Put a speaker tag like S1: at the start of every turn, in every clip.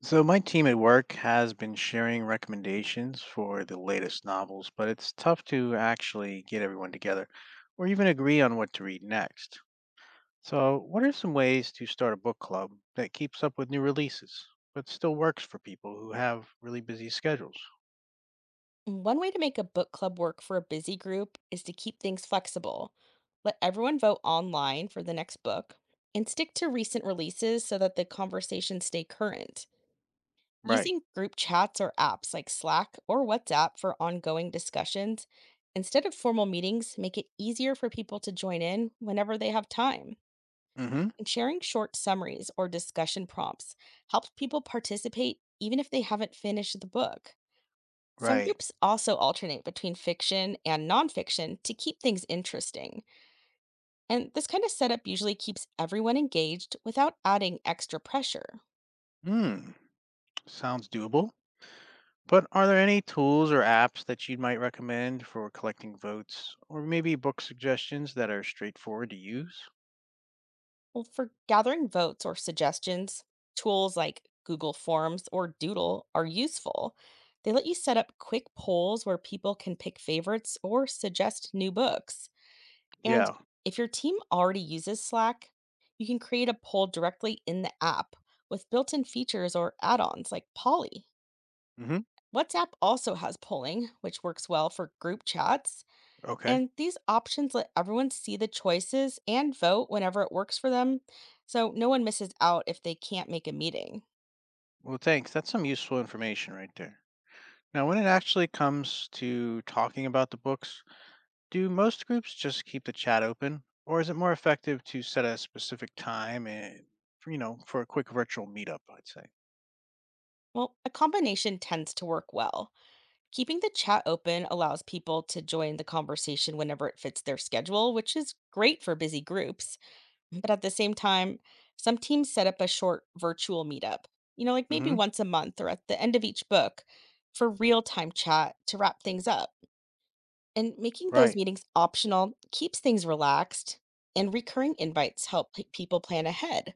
S1: So my team at work has been sharing recommendations for the latest novels, but it's tough to actually get everyone together or even agree on what to read next. So, what are some ways to start a book club that keeps up with new releases but still works for people who have really busy schedules?
S2: One way to make a book club work for a busy group is to keep things flexible. Let everyone vote online for the next book and stick to recent releases so that the conversations stay current.
S1: Right.
S2: Using group chats or apps like Slack or WhatsApp for ongoing discussions instead of formal meetings make it easier for people to join in whenever they have time.
S1: Mhm.
S2: And sharing short summaries or discussion prompts helps people participate even if they haven't finished the book. Some
S1: Right.
S2: groups also alternate between fiction and nonfiction to keep things interesting, and this kind of setup usually keeps everyone engaged without adding extra pressure.
S1: Hmm. Sounds doable. But are there any tools or apps that you might recommend for collecting votes or maybe book suggestions that are straightforward to use?
S2: Well, for gathering votes or suggestions, tools like Google Forms or Doodle are useful. They let you set up quick polls where people can pick favorites or suggest new books. And
S1: Yeah.
S2: if your team already uses Slack, you can create a poll directly in the app with built in features or add ons like Polly.
S1: Mhm.
S2: WhatsApp also has polling, which works well for group chats.
S1: Okay.
S2: And these options let everyone see the choices and vote whenever it works for them, so no one misses out if they can't make a meeting.
S1: Well, thanks. That's some useful information right there. Now, when it actually comes to talking about the books, do most groups just keep the chat open, or is it more effective to set a specific time and, for a quick virtual meetup? I'd say.
S2: Well, a combination tends to work well. Keeping the chat open allows people to join the conversation whenever it fits their schedule, which is great for busy groups. Mhm. But at the same time, some teams set up a short virtual meetup, you know, like maybe
S1: Mm-hmm.
S2: once a month or at the end of each book for real time chat to wrap things up. And making those
S1: Right.
S2: meetings optional keeps things relaxed, and recurring invites help people plan ahead.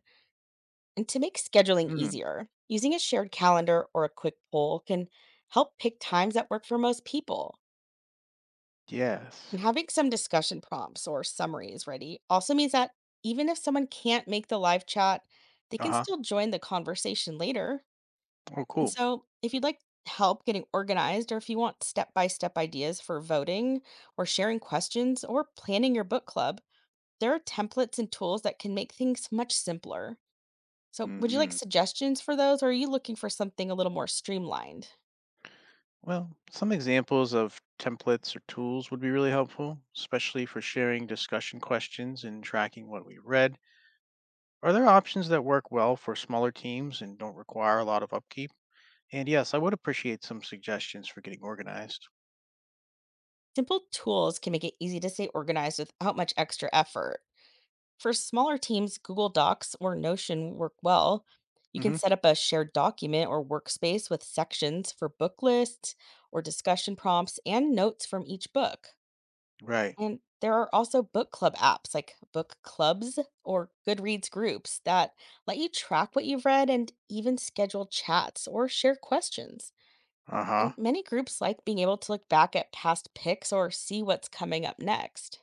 S2: And to make scheduling
S1: Mm.
S2: easier, using a shared calendar or a quick poll can help pick times that work for most people. And
S1: Yes.
S2: having some discussion prompts or summaries ready also means that even if someone can't make the live chat, they
S1: Uh
S2: can
S1: huh.
S2: still join the conversation later.
S1: Oh,
S2: And
S1: cool.
S2: so, if you'd like help getting organized, or if you want step by step ideas for voting, or sharing questions, or planning your book club, there are templates and tools that can make things much simpler. So, would you like
S1: Hmm.
S2: suggestions for those, or are you looking for something a little more streamlined?
S1: Well, some examples of templates or tools would be really helpful, especially for sharing discussion questions and tracking what we read. Are there options that work well for smaller teams and don't require a lot of upkeep? And yes, I would appreciate some suggestions for getting organized.
S2: Simple tools can make it easy to stay organized without much extra effort. For smaller teams, Google Docs or Notion work well. You can
S1: Hmm.
S2: set up a shared document or workspace with sections for book lists or discussion prompts and notes from each book.
S1: Right.
S2: And there are also book club apps like book clubs or Goodreads groups that let you track what you've read and even schedule chats or share questions.
S1: Uh huh.
S2: And many groups like being able to look back at past picks or see what's coming up next.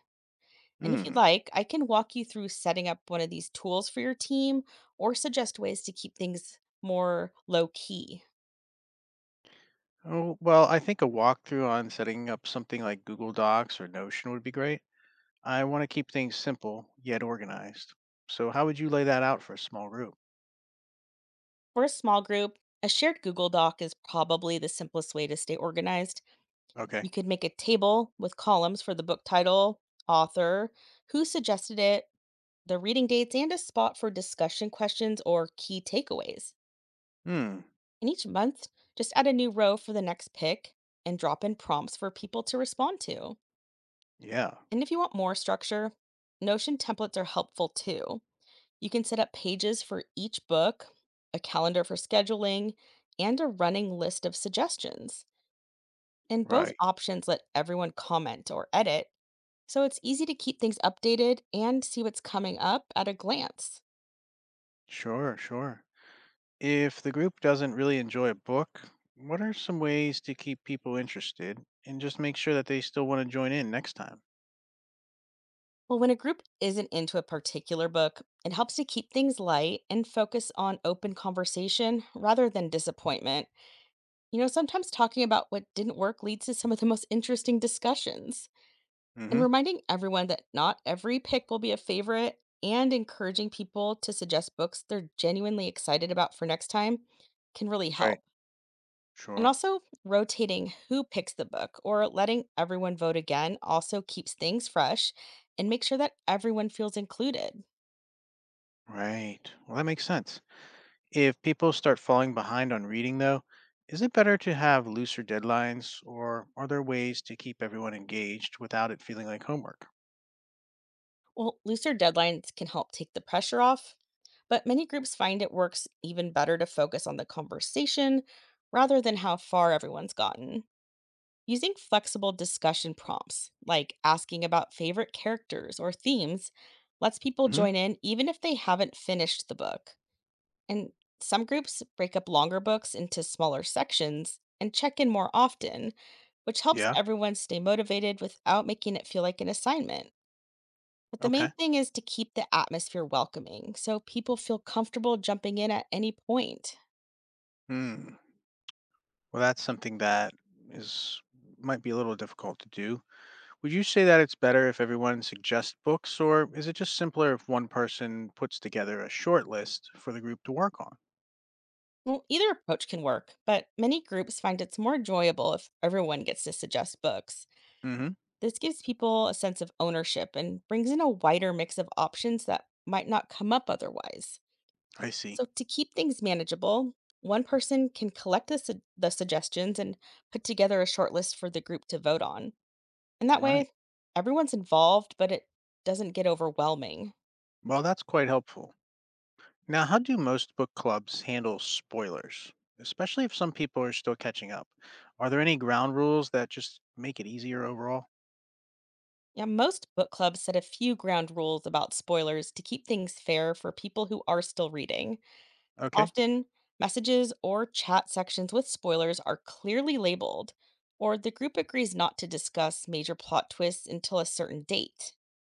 S2: And if you'd
S1: Hmm.
S2: like, I can walk you through setting up one of these tools for your team or suggest ways to keep things more low key.
S1: Oh, well, I think a walkthrough on setting up something like Google Docs or Notion would be great. I want to keep things simple yet organized. So, how would you lay that out for a small group?
S2: For a small group, a shared Google Doc is probably the simplest way to stay organized. You
S1: Okay.
S2: could make a table with columns for the book title, author, who suggested it, the reading dates, and a spot for discussion questions or key takeaways.
S1: Hmm.
S2: And each month, just add a new row for the next pick and drop in prompts for people to respond to.
S1: Yeah.
S2: And if you want more structure, Notion templates are helpful too. You can set up pages for each book, a calendar for scheduling, and a running list of suggestions. And both
S1: Right.
S2: options let everyone comment or edit, so it's easy to keep things updated and see what's coming up at a glance.
S1: Sure. Sure. If the group doesn't really enjoy a book, what are some ways to keep people interested and just make sure that they still want to join in next time?
S2: Well, when a group isn't into a particular book, it helps to keep things light and focus on open conversation rather than disappointment. You know, sometimes talking about what didn't work leads to some of the most interesting discussions. And
S1: Mm-hmm.
S2: reminding everyone that not every pick will be a favorite and encouraging people to suggest books they're genuinely excited about for next time can really help.
S1: Right.
S2: And
S1: Sure.
S2: also, rotating who picks the book or letting everyone vote again also keeps things fresh and makes sure that everyone feels included.
S1: Right. Well, that makes sense. If people start falling behind on reading, though, is it better to have looser deadlines or are there ways to keep everyone engaged without it feeling like homework?
S2: Well, looser deadlines can help take the pressure off, but many groups find it works even better to focus on the conversation rather than how far everyone's gotten. Using flexible discussion prompts, like asking about favorite characters or themes, lets people
S1: Hmm.
S2: join in even if they haven't finished the book. And some groups break up longer books into smaller sections and check in more often, which helps
S1: Yeah.
S2: everyone stay motivated without making it feel like an assignment. But the main
S1: Okay.
S2: thing is to keep the atmosphere welcoming so people feel comfortable jumping in at any point.
S1: Hmm. Well, that's something that is might be a little difficult to do. Would you say that it's better if everyone suggests books, or is it just simpler if one person puts together a short list for the group to work on?
S2: Well, either approach can work, but many groups find it's more enjoyable if everyone gets to suggest books.
S1: Hmm.
S2: This gives people a sense of ownership and brings in a wider mix of options that might not come up otherwise.
S1: I
S2: So,
S1: see.
S2: to keep things manageable, one person can collect the suggestions and put together a short list for the group to vote on. And that
S1: Right.
S2: way, everyone's involved, but it doesn't get overwhelming.
S1: Well, that's quite helpful. Now, how do most book clubs handle spoilers, especially if some people are still catching up? Are there any ground rules that just make it easier overall?
S2: Yeah, most book clubs set a few ground rules about spoilers to keep things fair for people who are still reading.
S1: Okay.
S2: Often, messages or chat sections with spoilers are clearly labeled, or the group agrees not to discuss major plot twists until a certain date.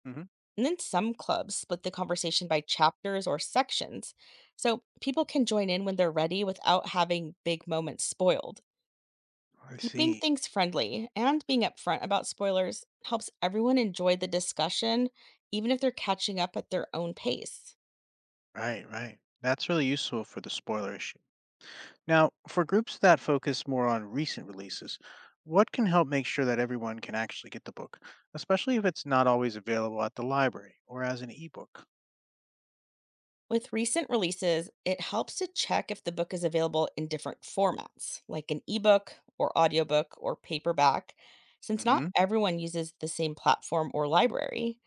S1: Hmm.
S2: And then some clubs split the conversation by chapters or sections, so people can join in when they're ready without having big moments spoiled.
S1: I
S2: Keeping
S1: see.
S2: things friendly and being upfront about spoilers helps everyone enjoy the discussion, even if they're catching up at their own pace.
S1: Right, right. That's really useful for the spoiler issue. Now, for groups that focus more on recent releases, what can help make sure that everyone can actually get the book, especially if it's not always available at the library or as an ebook?
S2: With recent releases, it helps to check if the book is available in different formats, like an ebook or audiobook or paperback, since not
S1: Mm-hmm.
S2: everyone uses the same platform or library.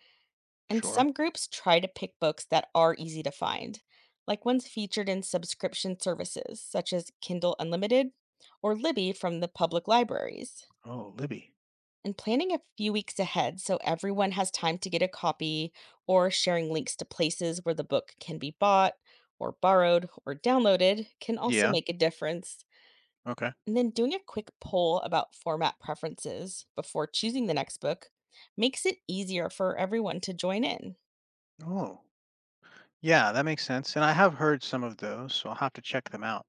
S2: And
S1: Sure.
S2: some groups try to pick books that are easy to find, like ones featured in subscription services such as Kindle Unlimited or Libby from the public libraries.
S1: Oh, Libby.
S2: And planning a few weeks ahead so everyone has time to get a copy or sharing links to places where the book can be bought or borrowed or downloaded can also
S1: Yeah.
S2: make a difference.
S1: Okay.
S2: And then doing a quick poll about format preferences before choosing the next book makes it easier for everyone to join in.
S1: Oh, yeah, that makes sense. And I have heard some of those, so I'll have to check them out.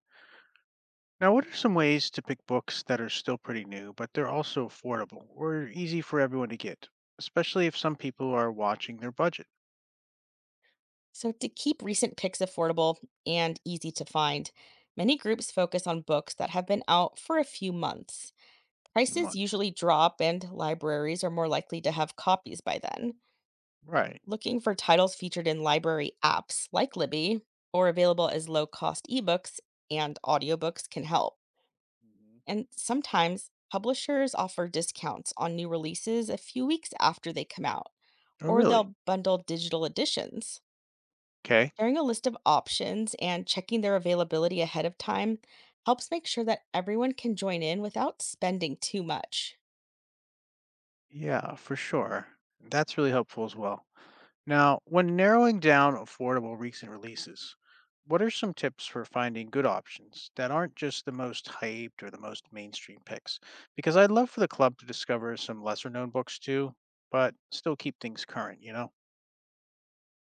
S1: Now, what are some ways to pick books that are still pretty new, but they're also affordable or easy for everyone to get, especially if some people are watching their budget
S2: So, to keep recent picks affordable and easy to find, many groups focus on books that have been out for a few months.
S1: a few
S2: Prices
S1: months?
S2: usually drop, and libraries are more likely to have copies by then.
S1: Right.
S2: Looking for titles featured in library apps like Libby or available as low cost ebooks and audiobooks can help.
S1: Hmm.
S2: And sometimes publishers offer discounts on new releases a few weeks after they come out,
S1: Oh,
S2: or
S1: really?
S2: they'll bundle digital editions.
S1: Okay.
S2: Sharing a list of options and checking their availability ahead of time helps make sure that everyone can join in without spending too much.
S1: Yeah, for sure. That's really helpful as well. Now, when narrowing down affordable recent releases, what are some tips for finding good options that aren't just the most hyped or the most mainstream picks? Because I'd love for the club to discover some lesser known books too, but still keep things current, you know?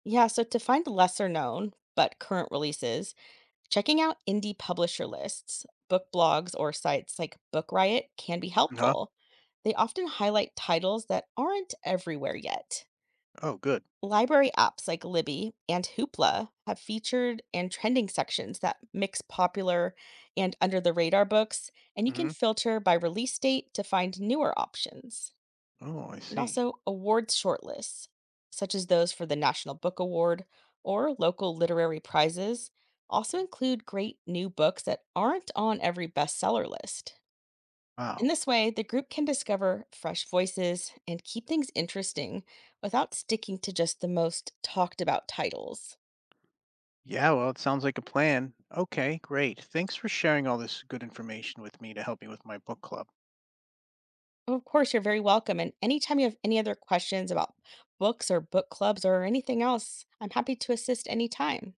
S2: Yeah, so to find lesser known but current releases, checking out indie publisher lists, book blogs, or sites like Book Riot can be
S1: Huh?
S2: helpful. They often highlight titles that aren't everywhere yet.
S1: Oh, good.
S2: Library apps like Libby and Hoopla have featured and trending sections that mix popular and under the radar books, and you can
S1: Hmm.
S2: filter by release date to find newer options.
S1: Oh, I
S2: And
S1: see.
S2: also awards shortlists, such as those for the National Book Award or local literary prizes, also
S1: Mhm.
S2: include great new books that aren't on every bestseller list. In
S1: Wow.
S2: this way, the group can discover fresh voices and keep things interesting without sticking to just the most talked about titles.
S1: Yeah, well, it sounds like a plan. Okay, great. Thanks for sharing all this good information with me to help me with my book club.
S2: Oh, of course, you're very welcome. And anytime you have any other questions about books or book clubs or anything else, I'm happy to assist anytime.